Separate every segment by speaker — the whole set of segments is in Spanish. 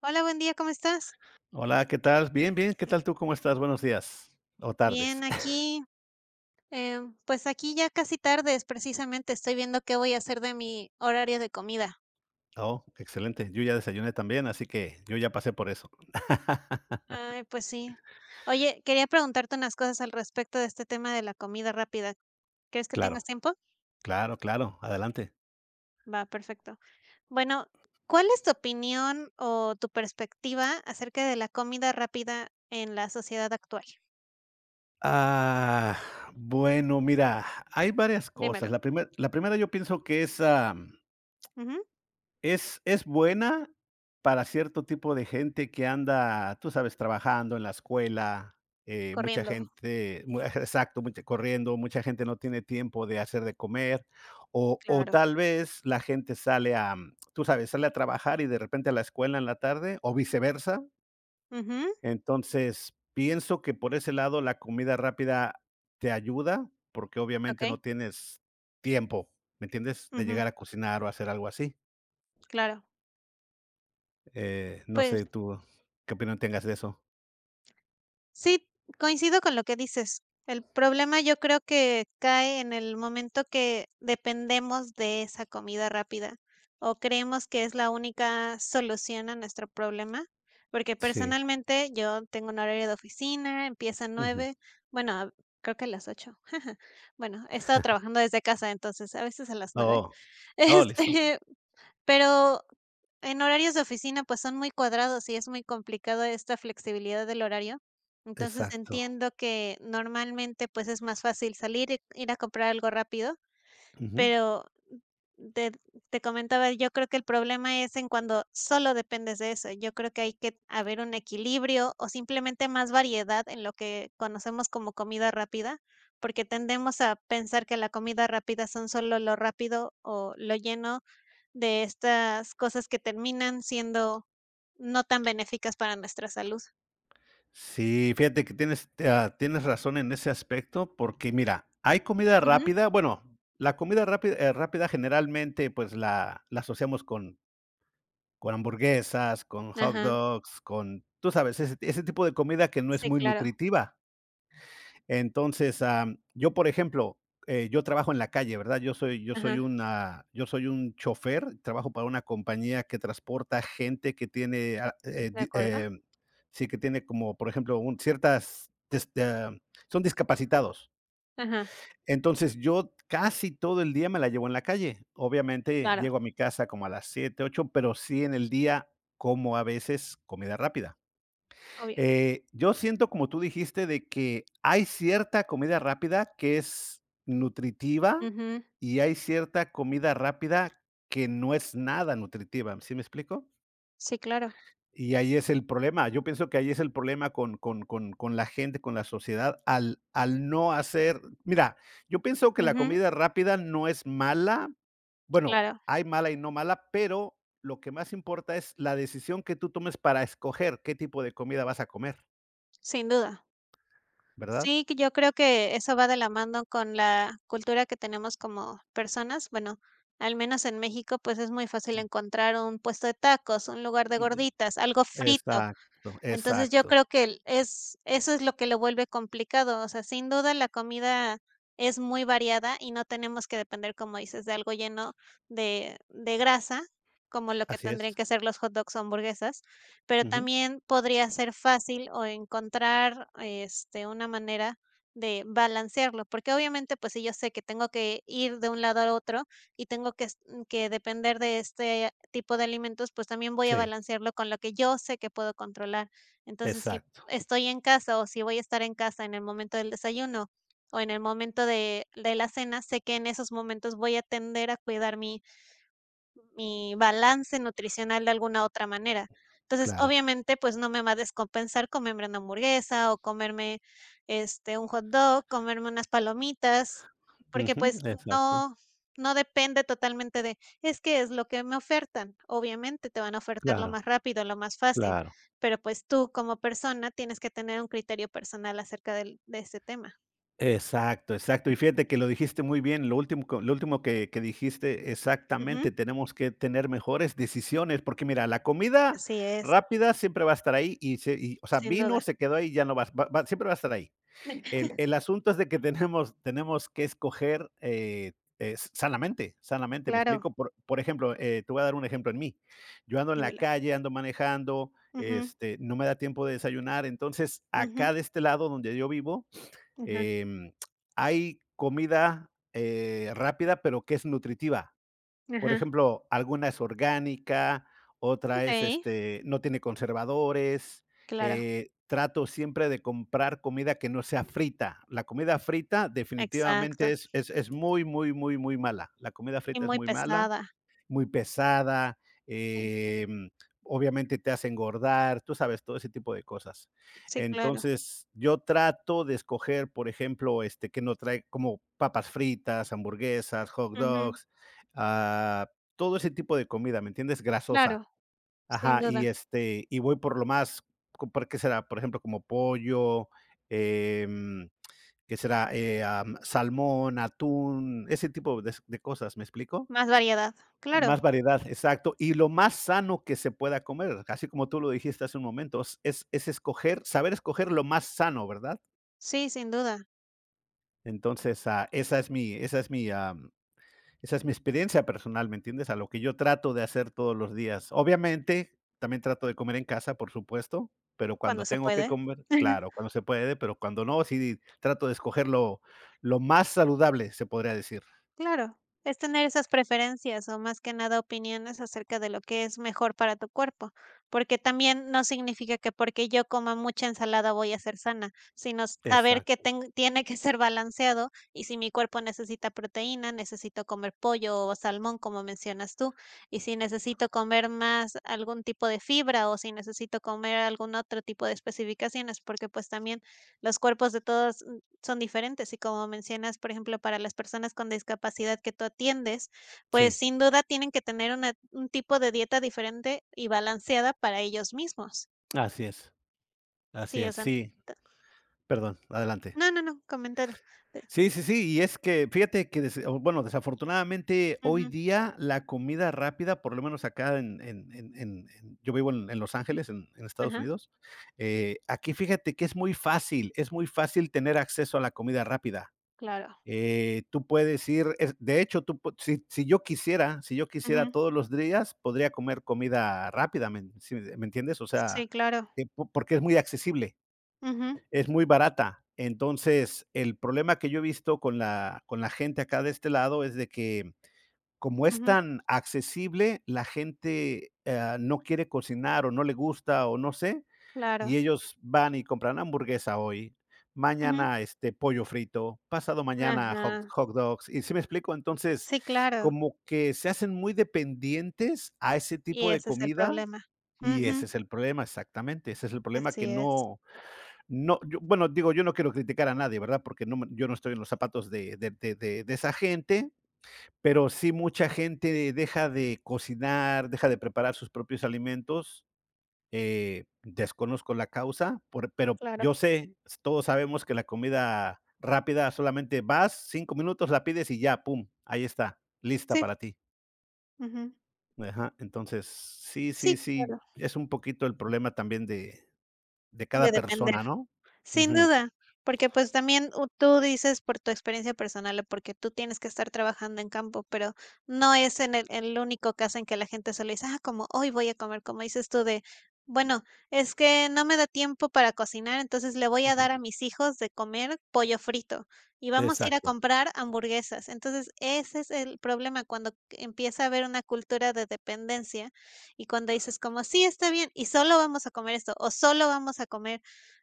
Speaker 1: Hola, buen día, ¿cómo estás?
Speaker 2: Hola, ¿qué tal? Bien, bien, ¿qué tal tú? ¿Cómo estás? Buenos días o
Speaker 1: Bien,
Speaker 2: tardes.
Speaker 1: aquí, pues aquí ya casi tarde es precisamente, estoy viendo qué voy a hacer de mi horario de comida.
Speaker 2: Oh, excelente. Yo ya desayuné también, así que yo ya pasé por eso.
Speaker 1: Ay, pues sí. Oye, quería preguntarte unas cosas al respecto de este tema de la comida rápida. ¿Crees que tengas
Speaker 2: Claro,
Speaker 1: tiempo?
Speaker 2: claro, claro, adelante.
Speaker 1: Va, perfecto. Bueno, ¿cuál es tu opinión o tu perspectiva acerca de la comida rápida en la sociedad actual?
Speaker 2: Ah, bueno, mira, hay varias cosas.
Speaker 1: Dímelo.
Speaker 2: La primera yo pienso que es.
Speaker 1: Ujú,
Speaker 2: Es buena para cierto tipo de gente que anda, tú sabes, trabajando en la escuela, mucha
Speaker 1: corriendo,
Speaker 2: gente mu exacto, mucha corriendo, mucha gente no tiene tiempo de hacer de comer, o
Speaker 1: claro.
Speaker 2: tal vez la gente sale a, tú sabes, sale a trabajar y de repente a la escuela en la tarde, o viceversa.
Speaker 1: Ujú,
Speaker 2: Entonces, pienso que por ese lado la comida rápida te ayuda, porque obviamente
Speaker 1: ok,
Speaker 2: no tienes tiempo, ¿me entiendes? De
Speaker 1: ujú,
Speaker 2: llegar a cocinar o hacer algo así.
Speaker 1: claro.
Speaker 2: No
Speaker 1: Pues
Speaker 2: sé tú qué opinión tengas de eso.
Speaker 1: sí, coincido con lo que dices. El problema yo creo que cae en el momento que dependemos de esa comida rápida o creemos que es la única solución a nuestro problema, porque
Speaker 2: Sí.
Speaker 1: personalmente yo tengo un horario de oficina, empieza a
Speaker 2: Ujú.
Speaker 1: 9, bueno, creo que a las 8. Bueno, he estado trabajando desde casa, entonces a veces a las 9.
Speaker 2: Oh, oh, listo.
Speaker 1: Este, pero en horarios de oficina, pues, son muy cuadrados y es muy complicado esta flexibilidad del horario. Entonces,
Speaker 2: Exacto.
Speaker 1: entiendo que normalmente, pues, es más fácil salir, y ir a comprar algo rápido,
Speaker 2: Ujú.
Speaker 1: pero te te comentaba, yo creo que el problema es en cuando solo dependes de eso. Yo creo que hay que haber un equilibrio o simplemente más variedad en lo que conocemos como comida rápida, porque tendemos a pensar que la comida rápida son solo lo rápido o lo lleno de estas cosas que terminan siendo no tan benéficas para nuestra salud.
Speaker 2: Sí, fíjate que tienes razón en ese aspecto, porque mira, hay comida
Speaker 1: Ujú,
Speaker 2: rápida, bueno, la comida rápida, rápida generalmente pues la asociamos con hamburguesas, con hot
Speaker 1: ajá.
Speaker 2: dogs, con, tú sabes, ese tipo de comida que no es
Speaker 1: Sí,
Speaker 2: muy
Speaker 1: claro.
Speaker 2: nutritiva. Entonces, yo, por ejemplo, yo trabajo en la calle, ¿verdad? Yo soy yo soy
Speaker 1: Ajá,
Speaker 2: una yo soy un chofer, trabajo para una compañía que transporta gente que tiene,
Speaker 1: de acuerdo.
Speaker 2: sí, que tiene como, por ejemplo, un ciertas des am, son discapacitados.
Speaker 1: Ajá,
Speaker 2: Entonces, yo casi todo el día me la llevo en la calle. Obviamente,
Speaker 1: claro,
Speaker 2: llego a mi casa como a las 7, 8, pero sí en el día como a veces comida rápida.
Speaker 1: obvio.
Speaker 2: Yo siento, como tú dijiste, de que hay cierta comida rápida que es nutritiva
Speaker 1: Ujú.
Speaker 2: y hay cierta comida rápida que no es nada nutritiva, ¿sí me explico?
Speaker 1: Sí, claro.
Speaker 2: Y ahí es el problema. Yo pienso que ahí es el problema con la gente, con la sociedad, al no hacer. Mira, yo pienso que la
Speaker 1: Ujú,
Speaker 2: comida rápida no es mala. Bueno,
Speaker 1: claro,
Speaker 2: hay mala y no mala, pero lo que más importa es la decisión que tú tomes para escoger qué tipo de comida vas a comer,
Speaker 1: sin duda.
Speaker 2: ¿verdad?
Speaker 1: Sí, que yo creo que eso va de la mano con la cultura que tenemos como personas. Bueno, al menos en México, pues, es muy fácil encontrar un puesto de tacos, un lugar de
Speaker 2: Ya.
Speaker 1: gorditas, algo frito.
Speaker 2: Exacto,
Speaker 1: Entonces, yo
Speaker 2: exacto.
Speaker 1: creo que el es eso es lo que lo vuelve complicado, o sea, sin duda la comida es muy variada y no tenemos que depender, como dices, de algo lleno de grasa, como lo que
Speaker 2: Así es.
Speaker 1: tendrían que ser los hot dogs o hamburguesas, pero
Speaker 2: Ujú.
Speaker 1: también podría ser fácil o encontrar, este, una manera de balancearlo, porque obviamente, pues, si yo sé que tengo que ir de un lado al otro y tengo que s que depender de este tipo de alimentos, pues, también voy a
Speaker 2: Sí,
Speaker 1: balancearlo con lo que yo sé que puedo controlar. Entonces, si
Speaker 2: exacto,
Speaker 1: estoy en casa o si voy a estar en casa en el momento del desayuno o en el momento de la cena, sé que en esos momentos voy a tender a cuidar mi balance nutricional de alguna otra manera. Entonces,
Speaker 2: claro.
Speaker 1: obviamente, pues no me va a descompensar comerme una hamburguesa o comerme este un hot dog, comerme unas palomitas, porque
Speaker 2: Ujú,
Speaker 1: pues
Speaker 2: exacto.
Speaker 1: no no depende totalmente de, es que es lo que me ofertan. Obviamente te van a ofertar lo
Speaker 2: Claro,
Speaker 1: más rápido, lo más fácil,
Speaker 2: claro.
Speaker 1: pero pues tú como persona tienes que tener un criterio personal acerca de este tema.
Speaker 2: Exacto, exacto. Y fíjate que lo dijiste muy bien, lo último que dijiste,
Speaker 1: Ujú,
Speaker 2: exactamente, tenemos que tener mejores decisiones, porque mira, la comida
Speaker 1: así es,
Speaker 2: rápida siempre va a estar ahí o sea,
Speaker 1: sin duda.
Speaker 2: vino, se quedó ahí, ya no vas va va siempre va a estar ahí. el, el asunto es de que tenemos, tenemos que escoger sanamente, sanamente, me
Speaker 1: Claro,
Speaker 2: explico. Por ejemplo, te voy a dar un ejemplo en mí. Yo ando en la
Speaker 1: dímelo.
Speaker 2: calle, ando manejando,
Speaker 1: Ujú,
Speaker 2: este, no me da tiempo de desayunar, entonces
Speaker 1: ujú,
Speaker 2: acá de este lado donde yo vivo,
Speaker 1: ujú.
Speaker 2: em, hay comida rápida, pero que es nutritiva. Por
Speaker 1: Ajá,
Speaker 2: ejemplo, alguna es orgánica, otra es,
Speaker 1: okey,
Speaker 2: este, no tiene conservadores,
Speaker 1: claro,
Speaker 2: trato siempre de comprar comida que no sea frita. La comida frita definitivamente
Speaker 1: exacto,
Speaker 2: es muy, muy, muy, muy mala. La comida
Speaker 1: y
Speaker 2: frita es
Speaker 1: muy
Speaker 2: muy mala,
Speaker 1: pesada,
Speaker 2: muy pesada,
Speaker 1: sí,
Speaker 2: eh, obviamente te hace engordar, tú sabes, todo ese tipo de cosas.
Speaker 1: sí, claro,
Speaker 2: Entonces, yo trato de escoger, por ejemplo, este, que no trae como papas fritas, hamburguesas, hot
Speaker 1: ujú,
Speaker 2: dogs, ah, todo ese tipo de comida, ¿me entiendes?
Speaker 1: claro,
Speaker 2: Grasosa.
Speaker 1: sin
Speaker 2: Ajá, y
Speaker 1: duda,
Speaker 2: este, y voy por lo más, ¿qué será? Por ejemplo, como pollo, em, ¿qué será? Salmón, atún, ese tipo de cosas, ¿me explico?
Speaker 1: más variedad, claro,
Speaker 2: Más variedad, exacto. Y lo más sano que se pueda comer, así como tú lo dijiste hace un momento, es escoger, saber escoger lo más sano, ¿verdad?
Speaker 1: sí, sin duda,
Speaker 2: Entonces, esa es mi experiencia personal, ¿me entiendes? A lo que yo trato de hacer todos los días. Obviamente, también trato de comer en casa, por supuesto, pero
Speaker 1: cuando
Speaker 2: cuando
Speaker 1: se
Speaker 2: tengo que
Speaker 1: puede.
Speaker 2: comer claro, cuando se puede, pero cuando no, sí trato de escoger lo más saludable, se podría decir.
Speaker 1: Claro, es tener esas preferencias o más que nada opiniones acerca de lo que es mejor para tu cuerpo, porque también no significa que porque yo coma mucha ensalada voy a ser sana, sino saber que
Speaker 2: Exacto,
Speaker 1: tiene que ser balanceado y si mi cuerpo necesita proteína, necesito comer pollo o salmón, como mencionas tú, y si necesito comer más algún tipo de fibra o si necesito comer algún otro tipo de especificaciones, porque pues también los cuerpos de todos son diferentes y como mencionas, por ejemplo, para las personas con discapacidad que tú atiendes, pues
Speaker 2: sí,
Speaker 1: sin duda tienen que tener una, un tipo de dieta diferente y balanceada para ellos mismos.
Speaker 2: así es, así
Speaker 1: Sí, o
Speaker 2: es,
Speaker 1: sea,
Speaker 2: sí.
Speaker 1: t-
Speaker 2: Perdón, adelante.
Speaker 1: no, no, no, comentario. Eh,
Speaker 2: Sí, sí, sí, y es que fíjate que desafortunadamente hoy
Speaker 1: ujú,
Speaker 2: día la comida rápida, por lo menos acá en yo vivo en Los Ángeles, en Estados
Speaker 1: ajá,
Speaker 2: Unidos, aquí fíjate que es muy fácil tener acceso a la comida rápida.
Speaker 1: claro.
Speaker 2: Tú puedes ir es de hecho, tú pu Si yo quisiera, si yo
Speaker 1: Ujú,
Speaker 2: quisiera todos los días, podría comer comida rápida, ¿me sí me entiendes? O sea,
Speaker 1: sí, claro.
Speaker 2: po porque es muy accesible,
Speaker 1: Ujú,
Speaker 2: es muy barata. Entonces, el problema que yo he visto con la gente acá de este lado es de que, como es
Speaker 1: ujú,
Speaker 2: tan accesible, la gente, no quiere cocinar, o no le gusta, o no sé, y
Speaker 1: claro.
Speaker 2: ellos van y compran hamburguesa hoy,
Speaker 1: Ujú,
Speaker 2: mañana, este, pollo frito, pasado mañana
Speaker 1: ajá.
Speaker 2: hot dogs, ¿y sí me explico? Entonces,
Speaker 1: Sí, claro.
Speaker 2: como que se hacen muy dependientes a ese
Speaker 1: Y
Speaker 2: tipo de
Speaker 1: ese es el
Speaker 2: comida,
Speaker 1: problema.
Speaker 2: y ese
Speaker 1: Ujú,
Speaker 2: es el problema, exactamente, ese es el problema
Speaker 1: así
Speaker 2: que
Speaker 1: es,
Speaker 2: no no, yo bueno, digo, yo no quiero criticar a nadie, ¿verdad? Porque no me yo no estoy en los zapatos de esa gente, pero sí mucha gente deja de cocinar, deja de preparar sus propios alimentos, desconozco la causa, por pero yo
Speaker 1: claro.
Speaker 2: sé, s todos sabemos que la comida rápida solamente vas, 5 minutos, la pides y ya, pum, ahí está, lista
Speaker 1: Sí.
Speaker 2: para ti.
Speaker 1: Ujú,
Speaker 2: Ajá, entonces, sí, sí,
Speaker 1: sí, claro.
Speaker 2: sí, es un poquito el problema también de
Speaker 1: De
Speaker 2: cada
Speaker 1: depender.
Speaker 2: persona, ¿no?
Speaker 1: Sin
Speaker 2: Ujú,
Speaker 1: duda, porque, pues, también u tú dices por tu experiencia personal, o porque tú tienes que estar trabajando en campo, pero no es en el único caso en que la gente solo dice: "Ah, como hoy voy a comer", como dices tú de: "Bueno, es que no me da tiempo para cocinar, entonces le voy a
Speaker 2: ujú,
Speaker 1: dar a mis hijos de comer pollo frito, y vamos a ir a
Speaker 2: exacto.
Speaker 1: comprar hamburguesas". Entonces, ese es el problema cuando empieza a haber una cultura de dependencia, y cuando dices como: "Sí, está bien, y solo vamos a comer esto, o solo vamos a comer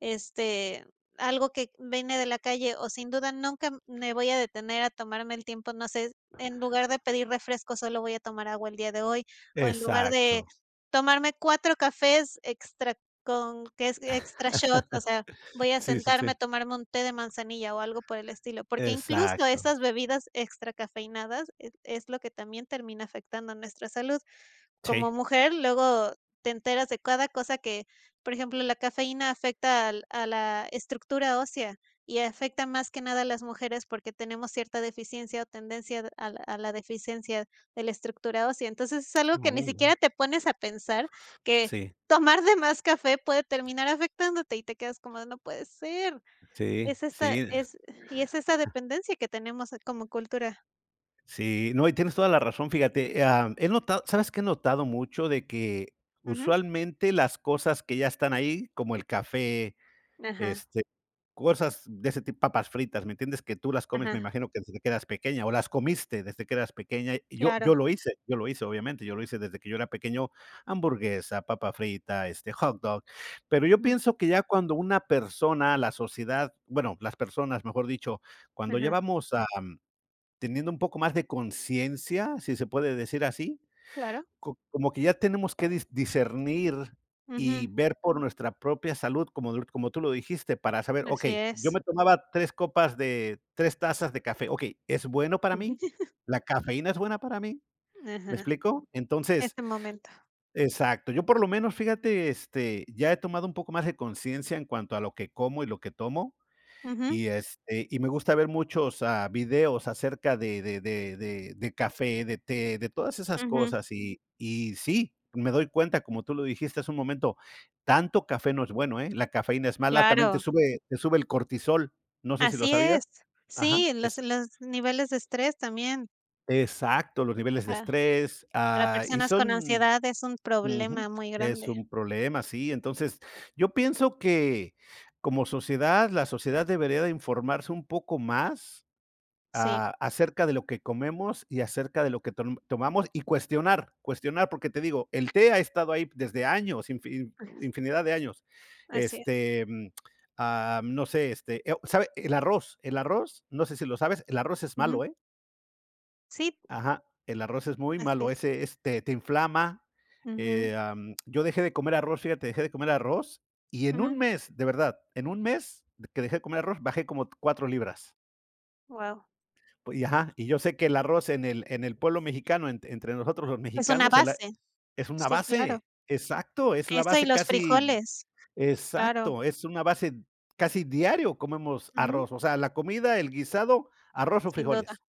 Speaker 1: este, algo que viene de la calle o sin duda nunca me voy a detener a tomarme el tiempo, no sé, en lugar de pedir refresco, solo voy a tomar agua el día de hoy, o en lugar de
Speaker 2: Exacto.
Speaker 1: tomarme 4 cafés extra con que es extra shot, o sea, voy a
Speaker 2: Sí, sí,
Speaker 1: sentarme a
Speaker 2: sí.
Speaker 1: tomarme un té de manzanilla o algo por el estilo, porque incluso
Speaker 2: Exacto.
Speaker 1: esas bebidas extracafeinadas es lo que también termina afectando nuestra salud como
Speaker 2: Sí.
Speaker 1: mujer, luego te enteras de cada cosa que, por ejemplo, la cafeína afecta a la estructura ósea y afecta más que nada a las mujeres porque tenemos cierta deficiencia o tendencia a la deficiencia de la estructura ósea. Entonces es algo que ni
Speaker 2: Mm,
Speaker 1: siquiera te pones a pensar que
Speaker 2: sí,
Speaker 1: tomar de más café puede terminar afectándote y te quedas como, no puede ser.
Speaker 2: sí,
Speaker 1: Es esta,
Speaker 2: sí,
Speaker 1: es, y es esta dependencia que tenemos como cultura.
Speaker 2: sí. No, y tienes toda la razón, fíjate, he notado, ¿sabes qué he notado mucho? De que
Speaker 1: Ujú.
Speaker 2: usualmente las cosas que ya están ahí, como el café,
Speaker 1: Ajá,
Speaker 2: este cosas de ese tipo, papas fritas, ¿me entiendes? Que tú las comes, me
Speaker 1: ajá,
Speaker 2: imagino que desde que eras pequeña, o las comiste desde que eras pequeña. Y
Speaker 1: claro.
Speaker 2: yo lo hice desde que yo era pequeño, hamburguesa, papa frita, este, hot dog. Pero yo
Speaker 1: Ujú,
Speaker 2: pienso que ya cuando una persona, la sociedad, bueno, las personas, mejor dicho, cuando ya
Speaker 1: ajá,
Speaker 2: vamos, am, teniendo un poco más de conciencia, si se puede decir así,
Speaker 1: claro.
Speaker 2: como que ya tenemos que discernir y
Speaker 1: Ujú,
Speaker 2: ver por nuestra propia salud, como, como tú lo dijiste, para saber, ok,
Speaker 1: así
Speaker 2: yo
Speaker 1: es.
Speaker 2: me tomaba tres tazas de café, ok, ¿es bueno para mí? ¿La cafeína es buena para mí? ¿Me
Speaker 1: Ajá,
Speaker 2: explico? Entonces,
Speaker 1: ese momento.
Speaker 2: exacto, yo por lo menos, fíjate, este, ya he tomado un poco más de conciencia en cuanto a lo que como y lo que tomo.
Speaker 1: Ujú,
Speaker 2: Y, este, y me gusta ver muchos, videos acerca de café, de té, de todas esas
Speaker 1: ujú,
Speaker 2: cosas. Y sí, me doy cuenta, como tú lo dijiste hace un momento, tanto café no es bueno, ¿eh? La cafeína es mala, también te
Speaker 1: claro,
Speaker 2: sube te sube el cortisol, no sé si lo
Speaker 1: así
Speaker 2: sabías.
Speaker 1: es.
Speaker 2: Ajá,
Speaker 1: Sí, los
Speaker 2: es
Speaker 1: niveles de estrés también
Speaker 2: exacto, los niveles de
Speaker 1: para
Speaker 2: estrés, y
Speaker 1: personas con
Speaker 2: son
Speaker 1: ansiedad es un problema
Speaker 2: ujú,
Speaker 1: muy
Speaker 2: es
Speaker 1: grande.
Speaker 2: un problema, sí. Entonces, yo pienso que como sociedad, la sociedad debería de informarse un poco más,
Speaker 1: Sí,
Speaker 2: acerca de lo que comemos y acerca de lo que tomamos y cuestionar, cuestionar, porque te digo, el té ha estado ahí desde años, infinidad de años.
Speaker 1: así es.
Speaker 2: Este, no sé, este, ¿sabe? El arroz, no sé si lo sabes, el arroz es
Speaker 1: Ujú,
Speaker 2: malo, ¿eh?
Speaker 1: sí,
Speaker 2: Ajá, el arroz es muy
Speaker 1: así
Speaker 2: malo,
Speaker 1: es.
Speaker 2: ese este, te inflama.
Speaker 1: Ujú,
Speaker 2: Yo dejé de comer arroz, fíjate, dejé de comer arroz y en un
Speaker 1: ujú,
Speaker 2: mes, de verdad, en un mes de que dejé de comer arroz, bajé como 4 libras.
Speaker 1: guau.
Speaker 2: Ajá, y yo sé que el arroz en el pueblo mexicano, entre nosotros los
Speaker 1: Es una
Speaker 2: mexicanos, el a
Speaker 1: base,
Speaker 2: es una
Speaker 1: sí, claro.
Speaker 2: base, exacto, es la
Speaker 1: Eso y
Speaker 2: base
Speaker 1: los
Speaker 2: casi,
Speaker 1: frijoles, claro,
Speaker 2: exacto, es una base. Casi diario comemos
Speaker 1: ujú,
Speaker 2: arroz, o sea, la comida, el guisado, arroz o
Speaker 1: sin duda.
Speaker 2: frijoles,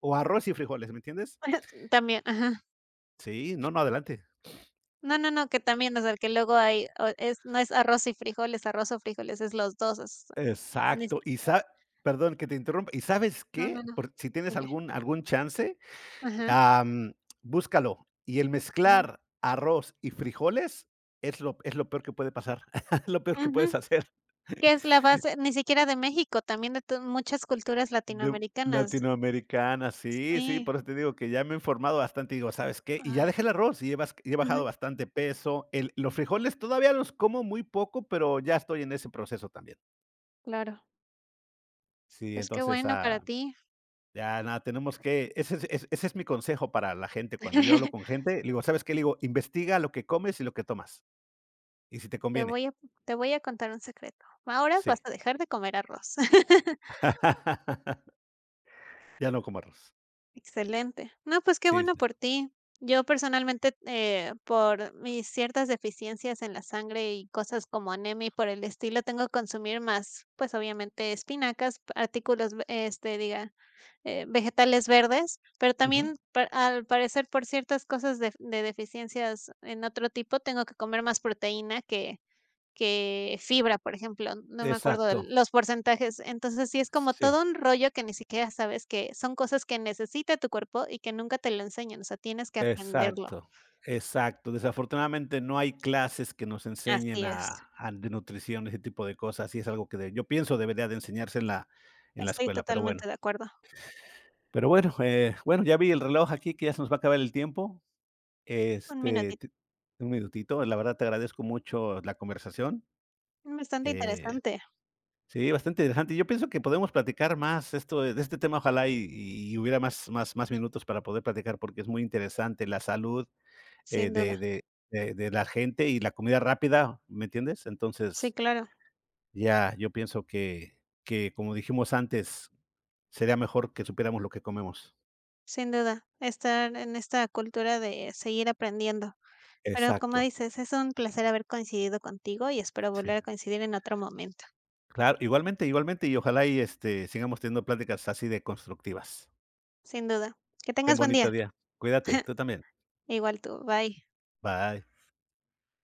Speaker 2: o arroz y frijoles, ¿me entiendes?
Speaker 1: También, ajá.
Speaker 2: Sí, no, no, adelante.
Speaker 1: No, no, no, que también, o sea, que luego hay o es no es arroz y frijoles, arroz o frijoles, es los 2. Es ni si
Speaker 2: Exacto, y sa perdón que te interrumpa, ¿y sabes
Speaker 1: no, no,
Speaker 2: qué?
Speaker 1: no,
Speaker 2: Por si tienes
Speaker 1: dime.
Speaker 2: algún chance.
Speaker 1: Ajá.
Speaker 2: Am, búscalo. Y el
Speaker 1: Ujú.
Speaker 2: mezclar arroz y frijoles es lo peor que puede pasar, lo peor que puedes
Speaker 1: Ujú.
Speaker 2: hacer.
Speaker 1: Que es la base ni siquiera de México, también de tu muchas culturas
Speaker 2: De
Speaker 1: latinoamericanas.
Speaker 2: latinoamericana, sí, sí,
Speaker 1: Sí.
Speaker 2: por eso te digo que ya me he informado bastante, y digo, ¿sabes qué? Y ya
Speaker 1: Ay,
Speaker 2: dejé el arroz, y he
Speaker 1: ujú,
Speaker 2: bajado bastante peso. El los frijoles todavía los como muy poco, pero ya estoy en ese proceso también.
Speaker 1: claro.
Speaker 2: Sí,
Speaker 1: Pues qué
Speaker 2: entonces,
Speaker 1: bueno para ti.
Speaker 2: ya nada, tenemos que ese es mi consejo para la gente. Cuando yo hablo con gente, le digo, ¿sabes qué? Le digo, investiga lo que comes y lo que tomas, y si te
Speaker 1: Te
Speaker 2: conviene.
Speaker 1: voy a te voy a contar un secreto. Ahora vas
Speaker 2: Sí.
Speaker 1: a dejar de comer arroz.
Speaker 2: Ya no como arroz.
Speaker 1: Excelente. No, pues qué
Speaker 2: Sí,
Speaker 1: bueno
Speaker 2: sí.
Speaker 1: por ti. Yo personalmente, por mis ciertas deficiencias en la sangre y cosas como anemia y por el estilo, tengo que consumir más, pues obviamente espinacas, artículos, vegetales verdes, pero
Speaker 2: Ujú.
Speaker 1: también al parecer por ciertas cosas de deficiencias en otro tipo, tengo que comer más proteína que fibra, por ejemplo, no me acuerdo de
Speaker 2: Exacto.
Speaker 1: los porcentajes. Entonces, sí es como
Speaker 2: Sí,
Speaker 1: todo un rollo que ni siquiera sabes que son cosas que necesita tu cuerpo y que nunca te lo enseñan, o sea, tienes que aprenderlo.
Speaker 2: exacto, exacto. Desafortunadamente, no hay clases que nos enseñen
Speaker 1: Así es,
Speaker 2: a de nutrición, ese tipo de cosas, y es algo que de yo pienso debería de enseñarse en la
Speaker 1: estoy
Speaker 2: escuela, pero bueno.
Speaker 1: totalmente de acuerdo.
Speaker 2: Pero bueno, bueno, ya vi el reloj aquí que ya se nos va a acabar el tiempo.
Speaker 1: Un
Speaker 2: Este,
Speaker 1: minutito.
Speaker 2: te un minutito, la verdad te agradezco mucho la conversación,
Speaker 1: Bastante
Speaker 2: eh
Speaker 1: interesante,
Speaker 2: sí, bastante interesante. Yo pienso que podemos platicar más esto de este tema, ojalá y hubiera más, más, más minutos para poder platicar, porque es muy interesante la salud, eh,
Speaker 1: sin duda.
Speaker 2: de de de la gente y la comida rápida, ¿me entiendes?
Speaker 1: Sí,
Speaker 2: Entonces,
Speaker 1: claro,
Speaker 2: ya yo pienso que, como dijimos antes, sería mejor que supiéramos lo que comemos.
Speaker 1: sin duda. Estar en esta cultura de seguir aprendiendo. Pero como
Speaker 2: Exacto,
Speaker 1: dices, es un placer haber coincidido contigo y espero
Speaker 2: sí.
Speaker 1: volver a coincidir en otro momento.
Speaker 2: Claro, igualmente, igualmente, y ojalá y, este, sigamos teniendo pláticas así de constructivas.
Speaker 1: Sin duda. Que
Speaker 2: Ten
Speaker 1: tengas buen día.
Speaker 2: bonito día. Cuídate, tú también.
Speaker 1: Igual tú, bye.
Speaker 2: Bye.